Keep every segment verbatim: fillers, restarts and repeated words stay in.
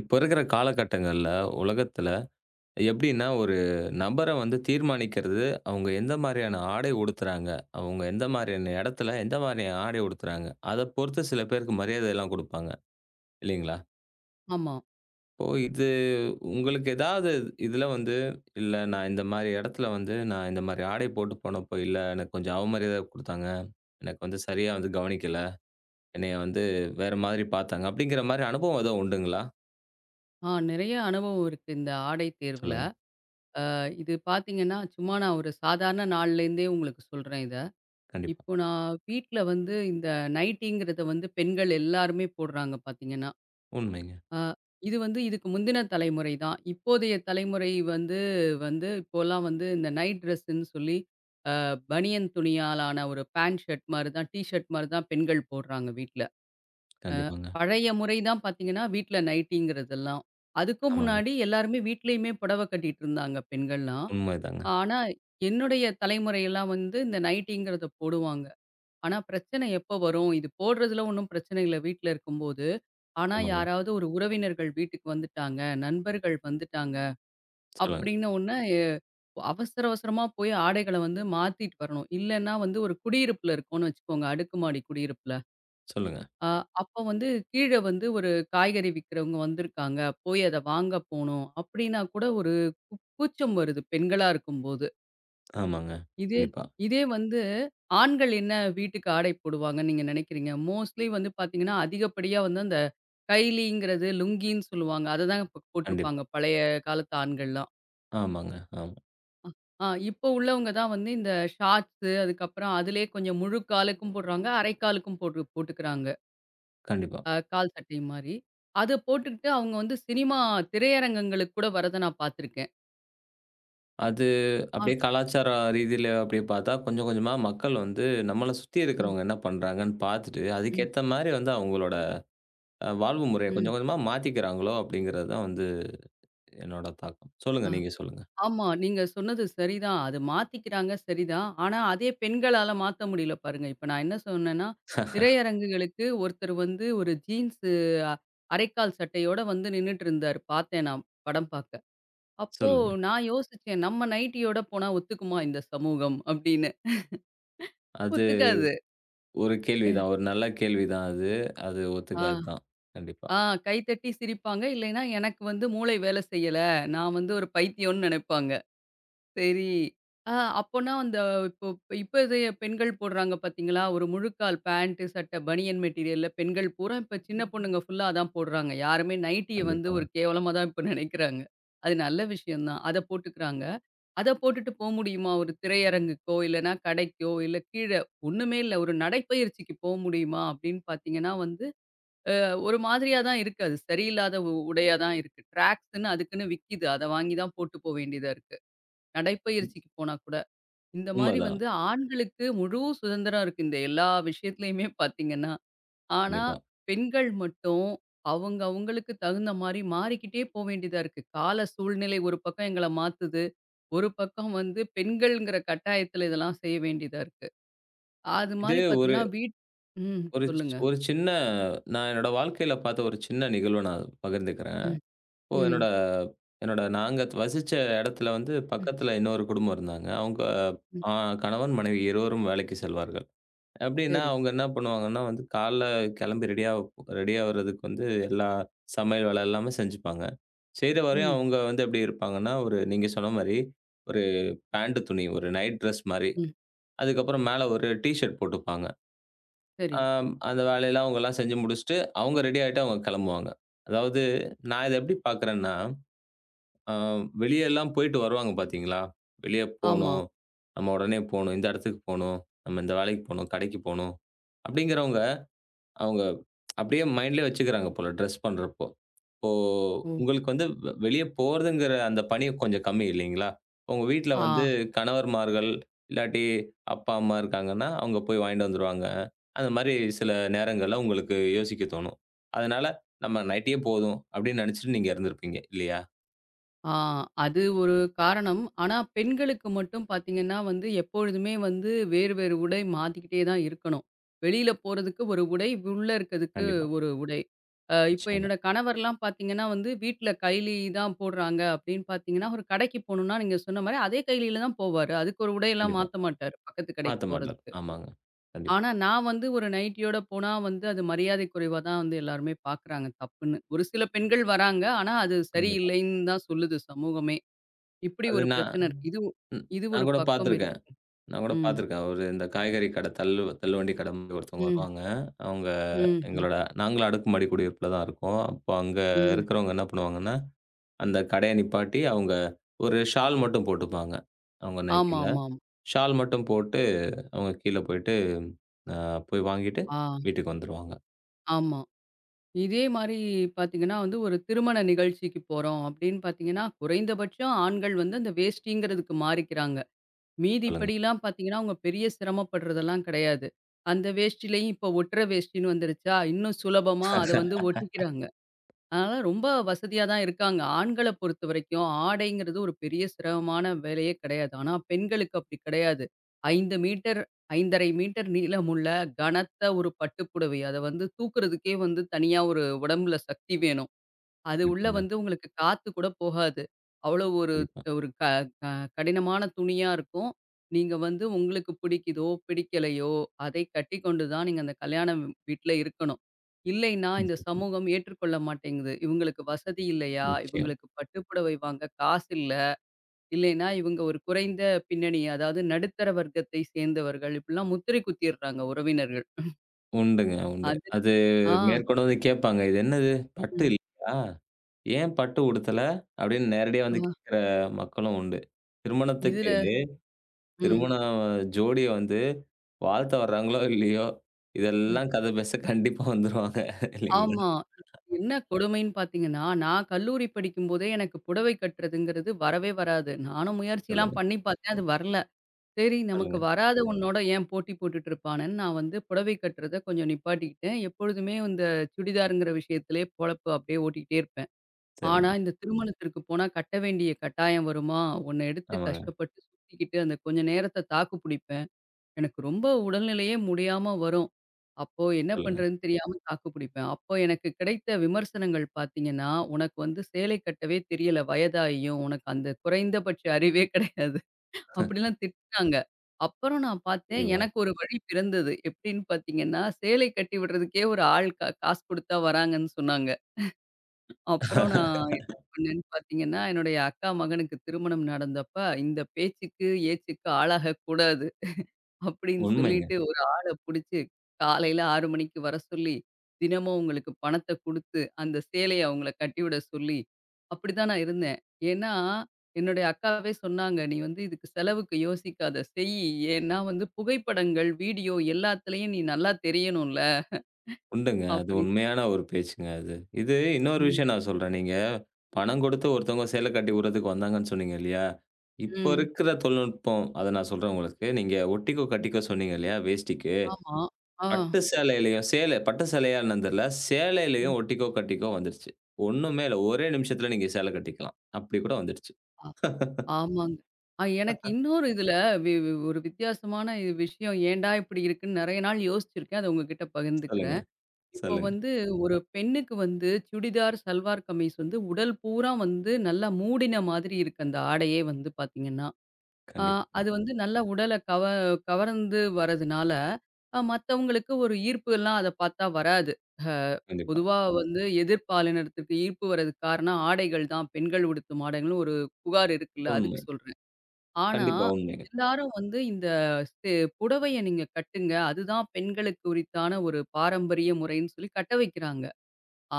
இப்ப இருக்கிற காலகட்டங்கள்ல, உலகத்துல எப்படின்னா, ஒரு நபர வந்து தீர்மானிக்கிறது, அவங்க எந்த மாரியான ஆடை உடுத்துறாங்க, அவங்க எந்த மாரியான இடத்துல, எந்த மாரியான ஆடை உடுத்துறாங்க, அத பொறுத்து சில பேருக்கு மரியாதைலாம் குடுப்பாங்க, இல்லைங்களா? ஆமா. இப்போ இது உங்களுக்கு ஏதாவது இதுல வந்து, "இல்ல நான் இந்த மாரி இடத்துல வந்து, நான் இந்த மாரி ஆடை போட்டு போனப்போ, இல்ல எனக்கு கொஞ்சம் அவமரியாதை குடுத்தாங்க. எனக்கு வந்து சரியா வந்து கவனிக்கல. என்னைய வந்து வேற மாதிரி பார்த்தாங்க." அப்படிங்கிற மாரி அனுபவம் எதுவும் உண்டுங்களா? ஆ நிறைய அனுபவம் இருக்கு இந்த ஆடை தேர்வுல. சொல்லுங்க. இது பார்த்தீங்கன்னா, சும்மா நான் ஒரு சாதாரண நாள்லேருந்தே உங்களுக்கு சொல்றேன் இத. கண்டிப்பா. இப்போ நான் வீட்ல வந்து இந்த நைட்டிங்கிறத வந்து பெண்கள் எல்லாருமே போடுறாங்க பார்த்தீங்கன்னா. உண்மைங்க. அ இது வந்து இதுக்கு முந்தின தலைமுறை தான். இப்போதைய தலைமுறை வந்து வந்து இப்போலாம் வந்து இந்த நைட் ட்ரெஸ்ன்னு சொல்லி அ பனியன் துணியாலான ஒரு பேண்ட் ஷர்ட் மாரி தான், டீ ஷர்ட் மாரி தான் பெண்கள் போடுறாங்க வீட்ல. கண்டிப்பாங்க. பழைய முறை தான் பார்த்தீங்கன்னா, வீட்ல நைட்டிங்கிறதெல்லாம். அதுக்கும் ஆமாங்க. முன்னாடி எல்லாருமே வீட்லயுமே புடவ கட்டிட்டு இருந்தாங்க பெண்கள்லாம். உண்மைதாங்க. ஆனா, என்னுடைய தலைமுறையெல்லாம் வந்து இந்த நைட்டிங்கிறத போடுவாங்க. ஆனா, பிரச்சனை எப்போ வரும்? இது போடுறதுல ஒண்ணும் பிரச்சனை இல்ல வீட்ல இருக்கும்போது. ஆனா, ஆமாங்க. யாராவது ஒரு உறவினர்கள் வீட்டுக்கு வந்துட்டாங்க, நண்பர்கள் வந்துட்டாங்க சொல்லுங்க, அப்படின்னு உடனே எ அவசர அவசரமா போய் ஆடைகள வந்து மாத்திட்டு வரணும். இல்லன்னா வந்து ஒரு குடியிருப்புல இருக்கோம்னு வச்சுக்கோங்க, அடுக்குமாடி குடியிருப்புல. சொல்லுங்க. அ அப்போ வந்து கீழ வந்து ஒரு காய்கறி விக்கிறவங்க வந்திருக்காங்க. போய் அத வாங்க போணும் அப்டின்னா கூட ஒரு கூ கூச்சம் வருது பெண்களா இருக்கும்போது. ஆமாங்க. இதே கண்டிப்பா, இதே வந்து ஆண்கள் என்ன வீட்டுக்கு ஆடை போடுவாங்கன்னு நீங்க நெனைக்கிறீங்க? மோஸ்ட்லி வந்து பார்த்தீங்கன்னா, அதிகப்படியா வந்து அந்த கைலிங்கிறது லுங்கின்னு சொல்லுவாங்க. அத தான் இப்ப கண்டிப்பா. போட்டிருப்பாங்க பழைய காலத்து ஆண்கள்லாம். ஆமாங்க. ஆமா. ஆ இப்போ உள்ளவங்க தான் வந்து இந்த ஷார்ட்ஸு அதுக்கப்புறம் அதிலேயே கொஞ்சம் முழு காலுக்கும் போடுறாங்க, அரை காலுக்கும் போட்டு போட்டுக்கிறாங்க. கண்டிப்பா. அ கால் சட்டை மாரி. அத போட்டுக்கிட்டு அவங்க வந்து சினிமா திரையரங்கங்களுக்கு கூட வரத நான் பார்த்துருக்கேன். அது ஆ. அப்படியே கலாச்சார ரீதியில அப்படியே பார்த்தா, கொஞ்சம் கொஞ்சமா மக்கள் வந்து நம்மள சுத்தி ம், இருக்கிறவங்க என்ன பண்றாங்கன்னு பார்த்துட்டு, ம், அதுக்கேத்த மாரி வந்து அவங்களோட அ வாழ்வு முறைய ம். கொஞ்சம் கொஞ்சமா மாத்திக்கிறாங்களோ அப்படிங்கிறது தான் வந்து என்னோட தாக்கம். சொல்லுங்க, ஆ. நீங்க சொல்லுங்க. ஆமா. நீங்க சொன்னது சரிதான். அது மாத்திக்கிறாங்க சரிதான். ஆனா அதே பெண்களால மாத்த முடியல பாருங்க. இப்ப நான் என்ன சொன்னேன்னா, திரையரங்குகளுக்கு ஒருத்தர் வந்து ஒரு ஜீன்ஸு அ அரைக்கால் சட்டையோட வந்து நின்னுட்டு இருந்தாரு. பார்த்தேன் நான் படம் பார்க்க. அப்போ சொல்லுங்க. நான் யோசிச்சேன், "நம்ம நைட்டியோட போனா ஒத்துக்குமா இந்த சமூகம்?" அப்படின்னு. அது ஒத்துக்காது. ஒரு கேள்விதான். ஒரு நல்ல கேள்விதான் அது. அது ஆ. ஒத்துக்காது தான். கண்டிப்பா, ஆ கைத்தட்டி சிரிப்பாங்க. இல்லைன்னா, எனக்கு வந்து மூளை வேலை செய்யல. நான் வந்து ஒரு பைத்தியம்னு நெனைப்பாங்க. சரி, ஆ அப்போனா அந்த இப்போ இப்ப இது பெண்கள் போடுறாங்க பார்த்தீங்களா? ஒரு முழுக்கால் பேண்ட், சட்டை, பனியன் மெட்டீரியல்ல பெண்கள் பூரா இப்ப சின்ன பொண்ணுங்க ஃபுல்லா அதான் போடுறாங்க. யாருமே நைட்டிய வந்து கண்டிப்பாங்க. ஒரு கேவலமா தான் இப்ப நெனைக்கிறாங்க. அது நல்ல விஷயம் தான். அத போட்டுக்கிறாங்க. அத போட்டுட்டு போ முடியுமா? ஒரு திரையரங்குக்கோ, இல்லன்னா கடைக்கோ, இல்ல கீழ ஒண்ணுமே இல்ல. ஒரு நடைப்பயிற்சிக்கு போ முடியுமா? அப்படின்னு பார்த்தீங்கன்னா வந்து ஒரு மாதிரியா தான் இருக்கு. அது சரியில்லாத உ உடையா தான் இருக்கு. ட்ராக்ஸ்ன்னு அதுக்குன்னு விக்கிது. அத வாங்கி தான் போட்டு போ வேண்டியதா இருக்கு. இ நடைப்பயிற்சிக்கு போனா கூட. இந்த மாரி உண்மதான். வந்து ஆண்களுக்கு முழு சுதந்திரம் இருக்கு. இந்த எல்லா விஷயத்துலயுமே பார்த்தீங்கன்னா. ஆனா, கண்டிப்பா. பெண்கள் மட்டும் அவங்க அவங்களுக்கு தகுந்த மாரி மாறிக்கிட்டே போ வேண்டியதா இருக்கு. கால சூழ்நிலை ஒரு பக்கம் எங்கள மாத்துது. ஒரு பக்கம் வந்து பெண்கள்ங்கிற கட்டாயத்துல இதெல்லாம் செய்ய வேண்டியதா இருக்கு. அது இது மாரி ஒரு பார்த்தீங்கன்னா, வீட் ம். ஒரு சி சொல்லுங்க. ஒரு சின்ன நான் என்னோட வாழ்க்கையில பார்த்த ஒரு சின்ன நிகழ்வ நான் பகிர்ந்துக்கிறேன். ம், இப்போ என்னோட ம், என்னோட நாங்க வசிச்ச இடத்துல வந்து ம், பக்கத்துல இன்னொரு குடும்பம் இருந்தாங்க. அவங்க ம். ஆ கணவன், மனைவி இருவரும் வேலைக்கு செல்வார்கள். எப்படின்னா, சரி. அவங்க என்ன பண்ணுவாங்கன்னா வந்து காலைல கிளம்பி ரெடியா ரெடியா ஆவறதுக்கு வந்து எல்லா சமையல் வேலை எல்லாமே செஞ்சுப்பாங்க. செய்ற வரையும் ம், அவங்க வந்து எப்படி இருப்பாங்கன்னா, ஒரு நீங்க சொன்ன மாரி ஒரு பேண்ட் துணி, ஒரு நைட் ட்ரெஸ் மாரி. ம். அதுக்கப்புறம் மேல ஒரு டீ ஷர்ட் போட்டுப்பாங்க. சரி. ஆம். அந்த வேலையெல்லாம் அவங்கலாம் செஞ்சு முடிச்சுட்டு, அவங்க ரெடி ஆயிட்டு அவங்க கெளம்புவாங்க. அதாவது நான் இத எப்படி பார்க்குறேன்னா, அ வெளியலாம் போயிட்டு வருவாங்க பார்த்தீங்களா? வெளிய ஆமா. போணும். நம்ம உடனே போணும். இந்த இடத்துக்கு போணும். நம்ம இந்த வேலைக்கு போணும். கடைக்கு போணும். அப்படிங்கிறவங்க அவங்க அப்படியே மைண்ட்லயே வச்சுக்கிறாங்க போல ட்ரெஸ் பண்றப்போ. இப்போ ஓ! உங்களுக்கு வந்து வெ வெளிய போறதுங்கிற அந்த பணி கொஞ்சம் கம்மி இல்லைங்களா? உங்க வீட்ல வந்து ஆ, கணவர்மார்கள், இல்லாட்டி அப்பா, அம்மா இருக்காங்கன்னா, அவங்க போய் வாங்கிட்டு வந்துருவாங்க. அந்த மாரி சில நேரங்கள்ல உங்களுக்கு யோசிக்க தோணும். அதனால நம்ம நைட்டியே போதும் அப்படின்னு நினைச்சுட்டு நீங்க இருந்திருப்பீங்க இல்லையா? ஆ. அது ஒரு காரணம். ஆனா, பெண்களுக்கு மட்டும் பார்த்தீங்கன்னா வந்து, எப்பொழுதுமே வந்து வேறு வேறு உடை மாத்திக்கிட்டே தான் இருக்கணும். வெளியில போறதுக்கு ஒரு உடை, உள்ள இருக்கிறதுக்கு கண்டிப்பா. ஒரு உடை. அ இப்ப நிச்சயமா. என்னோட கணவர்லாம் பார்த்தீங்கன்னா வந்து, வீட்ல கைலி தான் போடுறாங்க அப்படின்னு பார்த்தீங்கன்னா, ஒரு கடைக்கு போணும்னா, நீங்க சொன்ன மாரி அதே கைலியில தான் போவாரு. அதுக்கு ஒரு உடையெல்லாம் கண்டிப்பா. மாத்த மாட்டாரு, பக்கத்து கடைக்கு மாத்த மாட்டார். போறதுக்கு. ஆமாங்க. கண்டிப்பா, ஆனா, நான் வந்து ஒரு நைட்டியோட போனா வந்து அது மரியாதை குறைவா தான் வந்து எல்லாருமே பார்க்குறாங்க தப்புன்னு. ஒரு சில பெண்கள் வராங்க. ஆனா, அது கண்டிப்பா. சரியில்லைன்னு தான் சொல்லுது சமூகமே. இப்படி அது ஒரு நான் பிரச்சனை இருக்கு. இது ஒ- ம் இது ஒரு நான் கூட பக்கம் பார்த்துருக்கேன். இருக்கு. நான் கூட ம். பார்த்துருக்கேன். ஒரு இந்த காய்கறி கடை தள்ளு தள்ளுவண்டி கடை மாரி ஒருத்தவங்க ம். வருவாங்க. அவங்க ம். ம். எங்களோட நாங்களும் அடுக்குமாடி குடியிருப்புல தான் இருக்கோம். அப்போ அங்க ம். இருக்கிறவங்க என்ன பண்ணுவாங்கன்னா, அந்த கடைய நிப்பாட்டி அவங்க ஒரு ஷால் மட்டும் போட்டுப்பாங்க. அவங்க ஆமா, நைட்டில. ஆமா, ஆமா. ஷால் மட்டும் போட்டு அவங்க கீழ போயிட்டு, அ போய் வாங்கிட்டு ஆ, வீட்டுக்கு வந்துருவாங்க. ஆமா. இதே மாரி பார்த்தீங்கன்னா வந்து ஒரு திருமண நிகழ்ச்சிக்கு போறோம் அப்படின்னு பார்த்தீங்கன்னா, குறைந்தபட்சம் ஆண்கள் வந்து அந்த வேஷ்டிங்கிறதுக்கு மாறிக்கிறாங்க. மீதி சொல்லுங்க. படிலாம் பார்த்தீங்கன்னா, அவங்க பெரிய சிரமப்படுறதெல்லாம் கிடையாது. அந்த வேஷ்டிலயும் இப்போ ஒட்டுற வேஷ்டின்னு வந்துருச்சா, இன்னும் சுலபமா அத வந்து ஒட்டிக்கிறாங்க. அதனால ரொம்ப வசதியா தான் இருக்காங்க. ஆண்கள பொறுத்தவரைக்கும் ஆடைங்கிறது ஒரு பெரிய சிரமமான வேலையே கிடையாது. ஆனா பெண்களுக்கு அப்படி கிடையாது. 5 மீட்டர் ஐந்தரை 1/2 மீட்டர் நீளமுள்ள கனத்த ஒரு பட்டுப்புடவை. அத வந்து தூக்குறதுக்கே வந்து தனியா ஒரு உடம்புல சக்தி வேணும். அது உள்ள கண்டிப்பாங்க. வந்து உங்களுக்கு காத்து கூட போகாது. அவ்வளோ ஒரு கண்டிப்பா. ஒரு க க கடினமான துணியா இருக்கும். நீங்க வந்து உங்களுக்கு பிடிக்குதோ, பிடிக்கலையோ அதை கட்டிக்கொண்டு தான் நீங்க அந்த கல்யாண வீட்ல இருக்கணும். இல்லைன்னா இந்த சமூகம் ஏற்றுக்கொள்ள மாட்டேங்குது. இவங்களுக்கு வசதி இல்லையா? நிச்சயம். இவங்களுக்கு பட்டு புடவை வாங்க காசு இல்ல. இல்லைன்னா இவங்க ஒரு குறைந்த பின்னணி அதாவது நடுத்தர வர்க்கத்தை சேர்ந்தவர்கள். இப்படிலாம் முத்திரை குத்திர்றாங்க உறவினர்கள். உண்டுங்க, உண்டு. அது அது ஆ. மேற்கொண்டு வந்து கேட்பாங்க. "இது என்னது? பட்டு ம். இல்லையா? ஏன் பட்டு உடுத்தல?" அப்படின்னு நேரடியா வந்து ஆ. கேட்கிற மக்களும் உண்டு. திருமணத்துக்கு இதுல ம். திருமண ஜோடிய வந்து வாழ்த்த வர்றாங்களோ, இல்லையோ, ம். இதெல்லாம் கதை பேச கண்டிப்பா வந்துருவாங்க. இல்லைங்களா? ஆமா. என்ன கொடுமைன்னு பார்த்தீங்கன்னா, நான் கல்லூரி படிக்கும்போதே எனக்கு புடவை கட்டுறதுங்கிறது வரவே வராது. நானும் முயற்சிலாம் சொல்லுங்க, பண்ணி பார்த்தேன். அது வரல. சரி நமக்கு சொல்லுங்க. வராத உன்னோட ஏன் போட்டி போட்டுட்டு இருப்பானேன்னு, நான் வந்து புடவை கட்டுறத கொஞ்சம் நிப்பாட்டிக்கிட்டேன். எப்பொழுதுமே இந்த சுடிதாருங்கிற விஷயத்திலேயே பொழப்பு அப்படியே ஓட்டிக்கிட்டே இருப்பேன். ஆனா, சரிங்க. இந்த திருமணத்திற்கு போனா கட்ட வேண்டிய கட்டாயம் வருமா, ஒண்ண எடுத்து ஆமாங்க. கஷ்டப்பட்டு சுத்திக்கிட்டு அந்த கொஞ்ச நேரத்த தாக்கு புடிப்பேன். எனக்கு ரொம்ப உடல்நிலையே முடியாம வரும். அப்போ என்ன சொல்லுங்க. பண்றதுன்னு தெரியாம தாக்கு பிடிப்பேன். அப்போ எனக்கு கிடைத்த விமர்சனங்கள் பார்த்தீங்கன்னா, "உனக்கு வந்து சேலை கட்டவே தெரியல வயதாகியும். உனக்கு அந்த குறைந்தபட்ச அறிவே கிடையாது." அப்படிலாம் திட்டுனாங்க. அப்புறம் நான் பார்த்தேன் கண்டிப்பா. எனக்கு ஒரு வழி பிறந்தது. எப்படின்னு பார்த்தீங்கன்னா, சேலை கட்டி விடுறதுக்கே ஒரு ஆள் கா காசு குடுத்தா வராங்கன்னு சொன்னாங்க. அப்புறம் நான் என்ன பண்ணேன்னு பார்த்தீங்கன்னா, என்னுடைய அக்கா மகனுக்கு திருமணம் நடந்தப்ப, "இந்த பேச்சுக்கு, ஏச்சுக்கு ஆளாகக்கூடாது. அப்படின்னு உண்மைங்க. சொல்லிட்டு ஒரு ஆள புடிச்சு, காலையில ஆறு மணிக்கு வர சொல்லி, தினமும் உங்களுக்கு பணத்த குடுத்து, அந்த சேலைய அவங்கள கட்டிவிட சொல்லி, அப்படிதான் நான் இருந்தேன். ஏன்னா, என்னுடைய அக்காவே சொன்னாங்க, "நீ வந்து இதுக்கு செலவுக்கு யோசிக்காத. செய். ஏன்னா வந்து புகைப்படங்கள், வீடியோ எல்லாத்துலயும் நீ நல்லா தெரியணும்ல." உண்டுங்க. அது அப்படி உண்மையான ஒரு பேச்சுங்க அது. இது இன்னொரு ம். விஷயம் நான் சொல்றேன். நீங்க பணம் குடுத்து ஒருத்தவங்க சேல கட்டி வுடுறதுக்கு வந்தாங்கன்னு சொன்னீங்க இல்லையா? இப்போ ம். இருக்கிற தொழில்நுட்பம், அத நான் சொல்றேன் உங்களுக்கு. நீங்க ஒட்டிக்கோ, கட்டிக்கோ சொன்னீங்க இல்லையா வேஷ்டிக்கு. ஆமா. ஆ. பட்டு சேலையிலயும் சேல பட்டு சேலையா என்னன்னு தெரியல. ம். சேலையிலயும் ஒட்டிக்கோ, கட்டிக்கோ வந்துருச்சு. ஒண்ணுமே இல்ல. ஒரே நிமிஷத்துல நீங்க சேல கட்டிக்கலாம். அப்படி கூட வந்துடுச்சு. அ ஆமாங்க. அ எனக்கு இன்னொரு இதுல வி வி ஒரு வித்தியாசமான இது விஷயம் ஏன்டா இப்படி இருக்குன்னு நெறைய நாள் யோசிச்சிருக்கேன். அத உங்ககிட்ட சொல்லுங்க, பகிர்ந்துக்கிறேன். இப்போ சொல்லுங்க. வந்து ஒரு பெண்ணுக்கு வந்து சுடிதார், சல்வார் கமீஸ் வந்து உடல் பூரா வந்து நல்லா மூடின மாதிரி இருக்கு அந்த ஆடையே வந்து பார்த்தீங்கன்னா. ஆ கண்டிப்பாங்க. அது வந்து நல்லா உடல கவ கவர்ந்து வரதுனால, அ மத்தவங்களுக்கு ஒரு ஈர்ப்பு எல்லாம் அத பார்த்தா வராது. அ கண்டிப்பா. பொதுவா வந்து எதிர்ப்பாலினத்துக்கு ஈர்ப்பு வர்றதுக்கு காரணம் ஆடைகள் தான். பெண்கள் உடுத்தும் ஆடைகள்னு ஒரு புகார் இருக்குல்ல, அதுக்கு உண்மை. சொல்றேன். ஆனா, கண்டிப்பா உண்மைங்க. எல்லாரும் வந்து இந்த செ புடவைய நீங்க கட்டுங்க. அதுதான் பெண்களுக்கு உரித்தான ஒரு பாரம்பரிய முறைன்னு சொல்லி கட்ட வைக்கிறாங்க.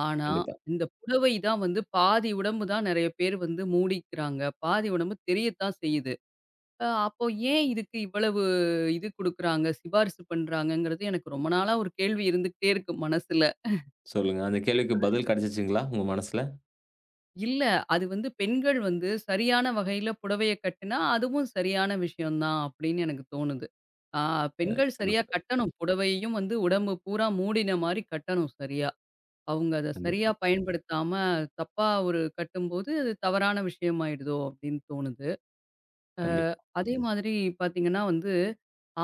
ஆனா, கண்டிப்பா. இந்த புடவை தான் வந்து பாதி உடம்பு தான் நெறைய பேர் வந்து மூடிக்கிறாங்க. பாதி உடம்பு தெரியத்தான் செய்யுது. அ அப்போ ஏன் இதுக்கு இவ்வளவு இது குடுக்குறாங்க? சிபாரிசு பண்றாங்கங்கிறது எனக்கு ரொம்ப நாளா ஒரு கேள்வி இருந்துகிட்டே இருக்கு மனசுல. சொல்லுங்க. அந்த கேள்விக்கு பதில் கிடைச்சுச்சுங்களா? உங்க மனசுல? இல்ல. அது வந்து பெண்கள் வந்து சரியான வகையில புடவைய கட்டினா, அதுவும் சரியான விஷயம் தான் அப்படின்னு எனக்கு தோணுது. ஆ அ பெண்கள் சரியா சிறப்பு. கட்டணும். புடவையும் வந்து உடம்பு பூரா மூடின மாரி கட்டணும் சரியா. அவங்க அத சரியா கண்டிப்பா. பயன்படுத்தாம தப்பா ஒரு கட்டும்போது, அது தவறான விஷயமாயிடுதோ அப்படின்னு தோணுது. அ கண்டிப்பா. அதே மாதிரி பார்த்தீங்கன்னா வந்து,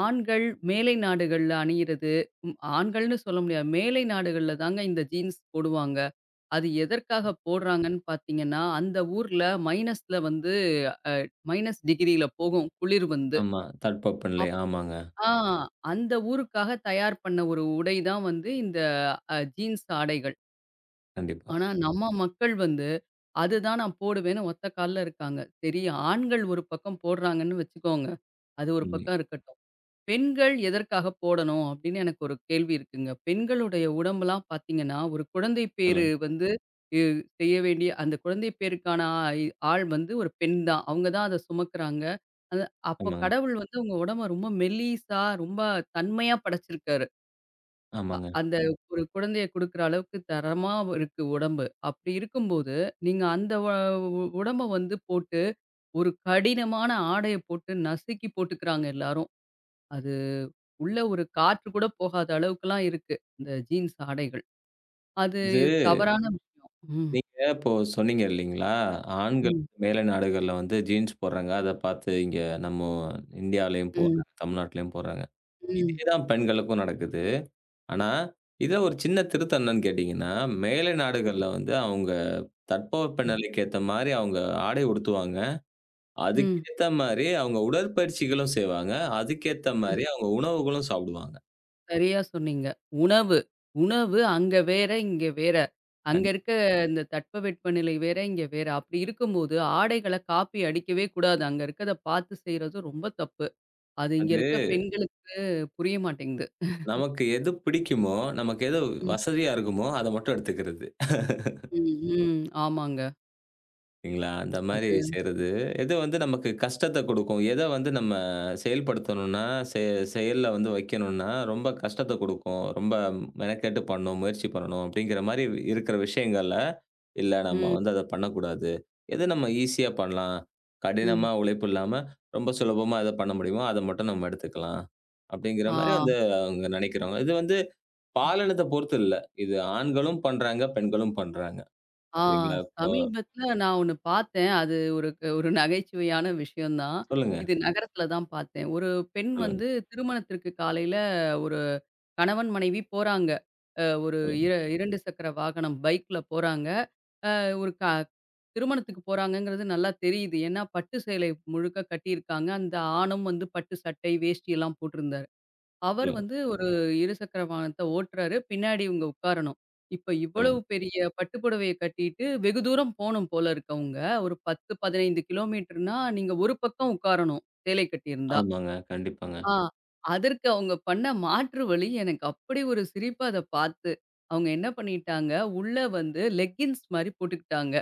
ஆண்கள் மேலை நாடுகள்ல அணியிறது, ம் ஆண்கள்னு சொல்ல முடியாது. மேலை நாடுகள்ல தாங்க இந்த ஜீன்ஸ் போடுவாங்க. அது எதற்காக போடுறாங்கன்னு பார்த்தீங்கன்னா, அந்த ஊர்ல மைனஸ்ல வந்து அ மைனஸ் டிகிரில போகும் குளிர் வந்து. ஆமா. தட்பவெப்பநிலை. அப் ஆமாங்க. ஆ அந்த ஊருக்காக தயார் பண்ண ஒரு உடை தான் வந்து இந்த அ ஜீன்ஸ் ஆடைகள். கண்டிப்பா. ஆனா நம்ம மக்கள் வந்து, அதுதான் நான் போடுவேன்னு ஒத்த கால்ல இருக்காங்க. சரி ஆண்கள் ஒரு பக்கம் போடுறாங்கன்னு வச்சுக்கோங்க. அது ஒரு ம். பக்கம் இருக்கட்டும். பெண்கள் எதற்காக போடணும்? அப்படின்னு எனக்கு ஒரு கேள்வி இருக்குங்க. பெண்களுடைய உடம்பெல்லாம் பார்த்தீங்கன்னா, ஒரு குழந்தை பேரு சொல்லுங்க. வந்து இ செய்ய வேண்டிய அந்த குழந்தை பேருக்கான ஆய் ஆள் வந்து ஒரு பெண் தான். அவங்க தான் அத சுமக்குறாங்க. அது அப்போ ஆமாங்க. கடவுள் வந்து உங்க உடம்ப ரொம்ப மெல்லிசா, ரொம்ப தன்மையா படைச்சிருக்காரு. அ ஆமாங்க. அந்த ஒரு குழந்தைய குடுக்குற அளவுக்கு தரமா இருக்கு உடம்பு. அப்படி இருக்கும்போது, நீங்க அந்த வ உ உடம்ப வந்து போட்டு, ஒரு கடினமான ஆடைய போட்டு நசுக்கி போட்டுக்கிறாங்க எல்லாரும். அது உள்ள ஒரு காற்று கூட போகாத அளவுக்குலாம் இருக்கு. இந்த ஜீன்ஸ் ஆடைகள். அது இது தவறான ம். விஷயம். ம். நீங்க இப்போ சொன்னீங்க இல்லீங்களா? ஆண்கள் ம். மேலை நாடுகள்ல வந்து ஜீன்ஸ் போடுறாங்க. அத பார்த்து இங்க நம்ம இந்தியாலயும் ம். போடுறாங்க, தமிழ்நாட்டிலயும் போடுறாங்க. ம். இதே தான் பெண்களுக்கும் நடக்குது. ஆனா, இதில ஒரு சின்ன திருத்தம் என்னன்னு கேட்டீங்கன்னா, மேலை நாடுகள்ல வந்து அவங்க ம். தட்பவெப்பநிலைக்கு ஏத்த மாரி அவங்க ஆடை உடுத்துவாங்க. ம். அதுக்கேத்த மாரி அவங்க உடற்பயிற்சிகளும் செய்வாங்க. அதுக்கேத்த ம். மாரி அவங்க உணவுகளும் சாப்பிடுவாங்க. சரியா சொன்னீங்க. உணவு, உணவு அங்க வேற, இங்க வேற. அங்க கண்டிப்பா இருக்க இந்த தட்பவெட்பநிலை வேற, இங்க வேற. அப்படி இருக்கும்போது ஆடைகள காப்பி அடிக்கவே கூடாது. அங்க இருக்கத பார்த்து செய்றது ரொம்ப தப்பு. அது இங்க இருக்க பெண்களுக்கு புரிய மாட்டேங்குது. நமக்கு எது பிடிக்குமோ, நமக்கு எது ம். வசதியா இருக்குமோ, அத மட்டும் எடுத்துக்கிறது. ம். ம். ஆமாங்க. சரிங்களா? அந்த மாரி அது செய்றது. எது வந்து நமக்கு கஷ்டத்த குடுக்கும், எத வந்து நம்ம செயல்படுத்தணும்னா, செ செயல்ல வந்து வைக்கணும்னா, ரொம்ப கஷ்டத்த குடுக்கும். ரொம்ப மெனக்கெட்டு பண்ணணும், முயற்சி பண்ணணும் அப்படிங்கிற மாரி இருக்கிற விஷயங்கள்ல, இல்ல நம்ம ம். வந்து அத பண்ணக்கூடாது. எது நம்ம ஈஸியா பண்ணலாம், ம். கடினமா உழைப்பு இல்லாம, ரொம்ப சுலபமா எத பண்ண முடியுமோ, அத மட்டும் நம்ம எடுத்துக்கலாம். அப்படிங்கிற மாரி வந்து ஆ. அவங்க நெனைக்கிறாங்க. இது வந்து பாலினத்த பொறுத்து இல்ல. இது ஆண்களும் பண்றாங்க, பெண்களும் பண்றாங்க. ஆ சரிங்களா? இப்போ சமீபத்தில நான் ஒண்ணு பார்த்தேன். அது ஒரு ஒரு நகைச்சுவையான விஷயம் தான். சொல்லுங்க, இது நகரத்தில தான் பார்த்தேன். ஒரு பெண் சொல்லுங்க, வந்து திருமணத்திற்கு காலையில ஒரு கணவன், மனைவி போறாங்க. அ ஒரு சொல்லுங்க, இர இரண்டு சக்கர வாகனம் பைக்ல போறாங்க. அ ஒரு க திருமணத்துக்கு போறாங்கங்கிறது நல்லா தெரியுது. ஏன்னா பட்டு சேலை முழுக்க கட்டியிருக்காங்க. அந்த ஆணும் வந்து பட்டு சட்டை, வேஷ்டி எல்லாம் போட்டிருந்தாரு. அவர் சொல்லுங்க, வந்து ஒரு இருசக்கர வாகனத்த ஓட்டுறாரு. பின்னாடி இவங்க உட்காரணும். இப்ப இவ்வளவு சொல்லுங்க. பெரிய பட்டு புடவைய கட்டிட்டு வெகு தூரம் போணும் போல இருக்கு அவங்க. ஒரு பத்து, பதினைந்து கிலோமீட்டர்னா நீங்க ஒரு பக்கம் உட்காரணும். சேலை கட்டியிருந்தா. ஆமாங்க. கண்டிப்பாங்க. ஆ அதற்கு அவங்க பண்ண மாற்று வழி எனக்கு அப்படி ஒரு சிரிப்பு அத பார்த்து. அவங்க என்ன பண்ணிட்டாங்க, உள்ள வந்து லெக்கின்ஸ் மாரி போட்டுக்கிட்டாங்க.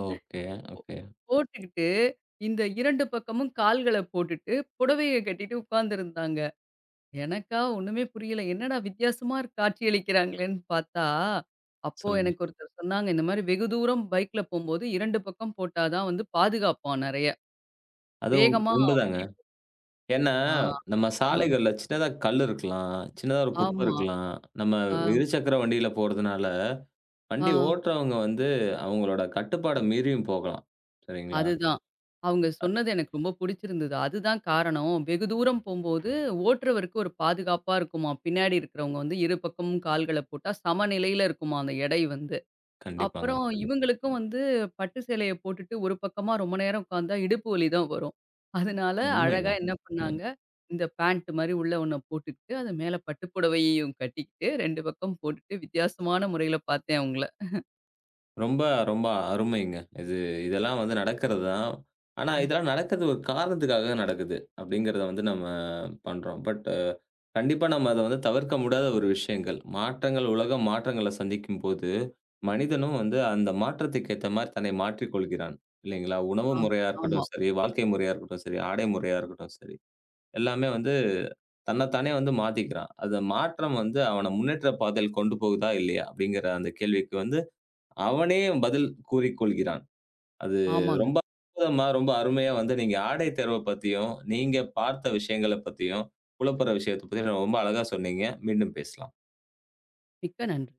Okay, okay. போட்டுக்கிட்டு இந்த இரண்டு பக்கமும் கால்கள போட்டுட்டு புடவைய கட்டிட்டு உட்கார்ந்திருந்தாங்க. எனக்கா ஒண்ணுமே புரியல. என்னடா வித்தியாசமா காட்சியளிக்கிறாங்களேன்னு பார்த்தா, அப்போ சொல்லுங்க. எனக்கு ஒருத்தர் சொன்னாங்க, "இந்த மாரி வெகு தூரம் பைக்ல போம்போது இரண்டு பக்கம் போட்டா தான் வந்து பாதுகாப்பாம் நெறைய. அதுவும் வேகமா உண்டுதாங்க. வண்டி" போ- ஏன்னா, ஆ, நம்ம ஆ, சாலைகள்ல சின்னதா கல் இருக்கலாம், சின்னதா ஒரு குப்பை ஆமா. இருக்கலாம். நம்ம ஆ, இருசக்கர வண்டியில போறதுனால, ஆ. வண்டி ஓட்டுறவங்க வந்து அவங்களோட கட்டுப்பாட மீறியும் போகலாம். சரிங்களா? அதுதான். அவங்க சொன்னது எனக்கு ரொம்ப புடிச்சிருந்தது. அதுதான் காரணம். வெகு தூரம் போம்போது ஓட்டுறவருக்கு ஒரு பாதுகாப்பா இருக்குமாம். பின்னாடி இருக்கிறவங்க வந்து இரு பக்கமும் கால்கள போட்டா சமநிலையில இருக்குமாம் அந்த எடை வந்து. கண்டிப்பாங்க, அப்புறம் கண்டிப்பா. இவங்களுக்கும் வந்து பட்டு சேலைய போட்டுட்டு ஒரு பக்கமா ரொம்ப நேரம் உட்காந்தா இடுப்பு வலி தான் வரும். அதனால உண்மைங்க. அழகா என்ன பண்ணாங்க, இந்த பேண்ட் மாரி உள்ள ஒண்ண போட்டுக்கிட்டு, அது மேல பட்டு புடவையையும் கட்டிக்கிட்டு ரெண்டு பக்கம் போட்டுட்டு வித்தியாசமான முறையில பார்த்தேன் அவங்கள. ரொம்ப, ரொம்ப அருமைங்க. இது இதெல்லாம் வந்து நடக்கிறது தான். ஆனா, இதெல்லாம் நடக்கிறது ஒரு காரணத்துக்காக நடக்குது. அப்படிங்கிறத வந்து நம்ம பண்றோம். பட் கண்டிப்பா நம்ம அத வந்து தவிர்க்க முடியாத ஒரு விஷயங்கள். மாற்றங்கள் உலகம் மாற்றங்கள சந்திக்கும்போது, மனிதனும் வந்து அந்த மாற்றத்துக்கு ஏத்த மாரி தன்னை மாற்றிக் கொள்கிறான். இல்லைங்களா? உணவு ஆ, முறையா ஆமா, இருக்கட்டும் சரி, வாழ்க்கை முறையா இருக்கட்டும் சரி, ஆடை முறையா இருக்கட்டும் சரி, எல்லாமே வந்து தன்னத்தானே வந்து மாத்திக்கிறான். அந்த மாற்றம் வந்து அவன முன்னேற்ற பாதையில் கொண்டு போகுதா? இல்லையா? அப்படிங்கிற அந்த கேள்விக்கு வந்து அவனே பதில் கூறிக்கொள்கிறான். அது ஆமாங்க. ரொம்ப அற்புதமா, ரொம்ப அருமையா வந்து நீங்க ஆடை தேர்வ பத்தியும், நீங்க பார்த்த விஷயங்கள பத்தியும், புலப்படுற விஷயத்த பத்தியும் ரொம்ப அழகா சொன்னீங்க. மீண்டும் பேசலாம். மிக்க நன்றி.